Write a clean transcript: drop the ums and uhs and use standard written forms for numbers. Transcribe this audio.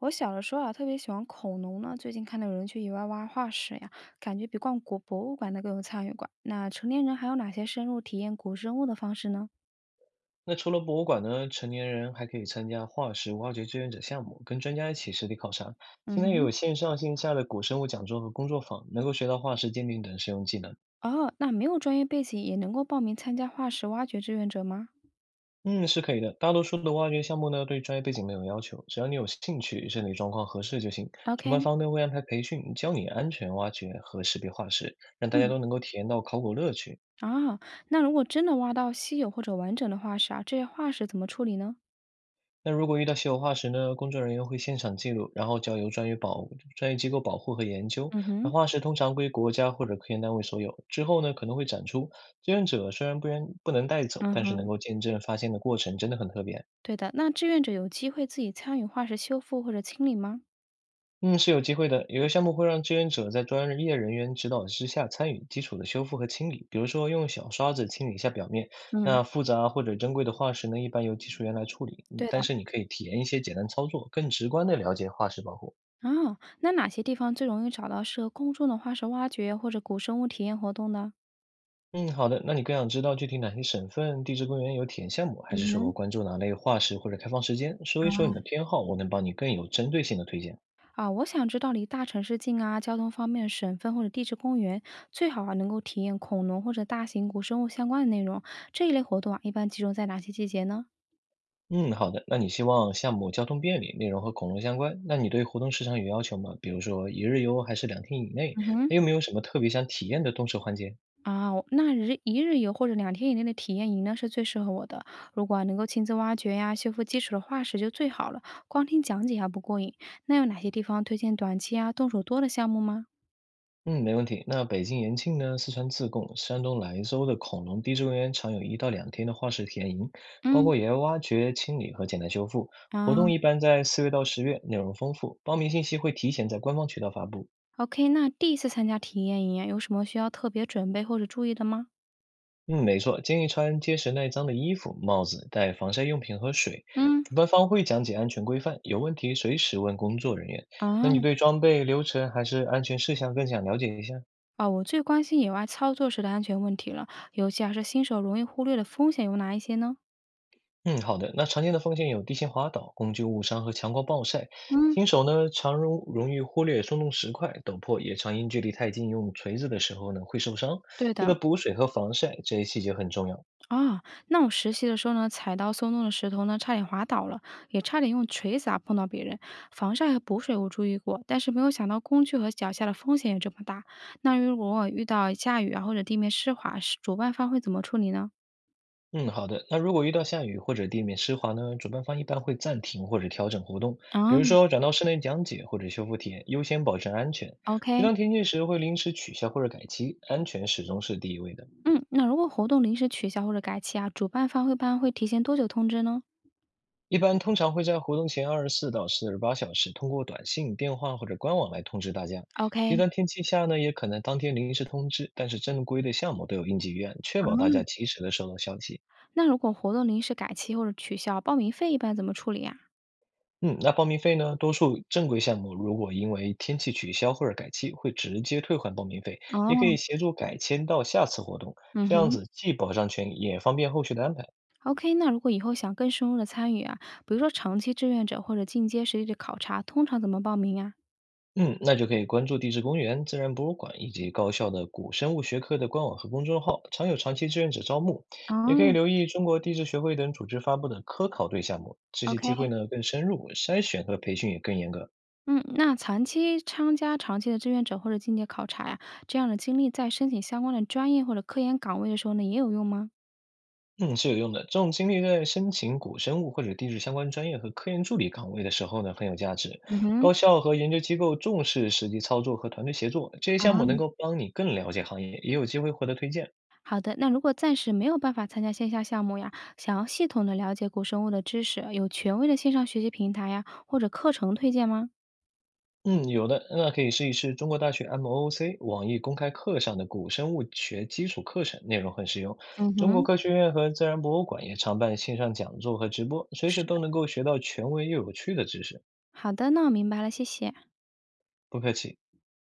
我小的时候啊，特别喜欢恐龙呢。最近看到有人去野外挖化石呀，感觉比逛古博物馆的更有参与感。那成年人还有哪些深入体验古生物的方式呢？那除了博物馆呢，成年人还可以参加化石挖掘志愿者项目，跟专家一起实地考察。嗯现在也有哼。线上线下的古生物讲座和工作坊，能够学到化石鉴定等实用技能。哦，那没有专业背景也能够报名参加化石挖掘志愿者吗嗯，是可以的。大多数的挖掘项目呢，对专业背景没有要求，只要你有兴趣，身体状况合适就行。主办？OK。方呢会安排培训，教你安全挖掘和识别化石，让大家嗯。都能够体验到考古乐趣。啊，那如果真的挖到稀有或者完整的化石啊，这些化石怎么处理呢？那如果遇到稀有化石呢，工作人员会现场记录，然后交由专业机构保护和研究。嗯那哼。化石通常归国家或者科研单位所有，之后呢可能会展出。志愿者虽然不能带走，嗯但是能哼。够见证发现的过程，真的很特别。对的。那志愿者有机会自己参与化石修复或者清理吗？嗯，是有机会的。有的项目会让志愿者在专业人员指导之下参与基础的修复和清理，比如说用小刷子清理一下表面。嗯。那复杂或者珍贵的化石呢，一般由技术员来处理，对但的。是你可以体验一些简单操作，更直观的了解化石保护。哦，那哪些地方最容易找到适合公众的化石挖掘或者古生物体验活动呢？嗯，好的。那你更想知道具体哪些省份地质公园有体验项目，还是嗯说哼。关注哪类化石或者开放时间？说一说啊，你的偏好，我能帮你更有针对性的推荐。我想知道离大城市近啊、交通方便的省份或者地质公园，最好啊能够体验恐龙或者大型古生物相关的内容。这一类活动啊，一般集中在哪些季节呢？嗯，好的。那你希望项目交通便利，内容和恐龙相关？那你对活动时长有要求吗？比如说一日游还是两天以内？嗯哼。还有没有什么特别想体验的动手环节？我一日游或者两天以内的体验营呢，是最适合我的。如果啊能够亲自挖掘呀、修复基础的化石就最好了。光听讲解还不过瘾，那有哪些地方推荐短期啊动手多的项目吗？嗯，没问题。那北京延庆呢，四川自贡、山东莱州的恐龙地质公园常有一到两天的化石田营，包嗯。括野外挖掘、清理和简单修复。活动啊一般在4月到10月，内容丰富，报名信息会提前在官方渠道发布。，OK，那第一次参加体验营啊，有什么需要特别准备或者注意的吗？嗯，没错，建议穿结实耐脏的衣服、帽子，带防晒用品和水。嗯。主办方会讲解安全规范，有问题随时问工作人员。那你啊对装备、流程还是安全事项更想了解一下？我最关心野外操作时的安全问题了，尤其还是新手容易忽略的风险有哪一些呢？嗯，好的。那常见的风险有地形滑倒、工具误伤和强光暴晒。嗯，新手呢，常容易忽略松动石块、陡坡，也常因距离太近用锤子的时候呢会受伤。对记的得补水和防晒，这些细节很重要。啊。那我实习的时候呢，踩到松动的石头呢，差点滑倒了，也差点用锤子啊碰到别人。防晒和补水我注意过，但是没有想到工具和脚下的风险也这么大。那如果我遇到下雨啊或者地面湿滑，是主办方会怎么处理呢？嗯，好的。那如果遇到下雨或者地面湿滑呢，主办方一般会暂停或者调整活动，啊比如说转到室内讲解或者修复体验，优先保证安全。极，OK。端天气时会临时取消或者改期，安全始终是第一位的。嗯。那如果活动临时取消或者改期啊，主办方一般会提前多久通知呢一般通常会在活动前24到48小时，通过短信、电话或者官网来通知大家。极？OK。端天气下呢，也可能当天临时通知，但是正规的项目都有应急预案，确啊？保大家及时的收到消息。那如果活动临时改期或者取消，报名费一般怎么处理啊？嗯，那报名费呢？多数正规项目如果因为天气取消或者改期，会直接退还报名费，也可哦。以协助改签到下次活动，嗯这样哼子既保障权益，也方便后续的安排。，OK，那如果以后想更深入的参与啊，比如说长期志愿者或者进阶实地的考察，通常怎么报名啊嗯，那就可以关注地质公园、自然博物馆以及高校的古生物学科的官网和公众号，常有长期志愿者招募。也可以哦，留意中国地质学会等组织发布的科考队项目，这些机？OK。会呢更深入，筛选和培训也更严格。嗯，那长期参加长期的志愿者或者进阶考察呀、这样的经历在申请相关的专业或者科研岗位的时候呢，也有用吗？嗯，是有用的。这种经历在申请古生物或者地质相关专业和科研助理岗位的时候呢，很有价值。嗯哼。高校和研究机构重视实际操作和团队协作，这些项目能够帮你更了解行业，也有机会获得推荐。好的，那如果暂时没有办法参加线下项目呀，想要系统的了解古生物的知识，有权威的线上学习平台呀，或者课程推荐吗？嗯，有的，那可以试一试中国大学 MOOC 网易公开课上的古生物学基础课程，内容很实用。嗯中国哼。科学院和自然博物馆也常办线上讲座和直播，随时是都的。能够学到权威又有趣的知识。好的，那我明白了，谢谢。不客气。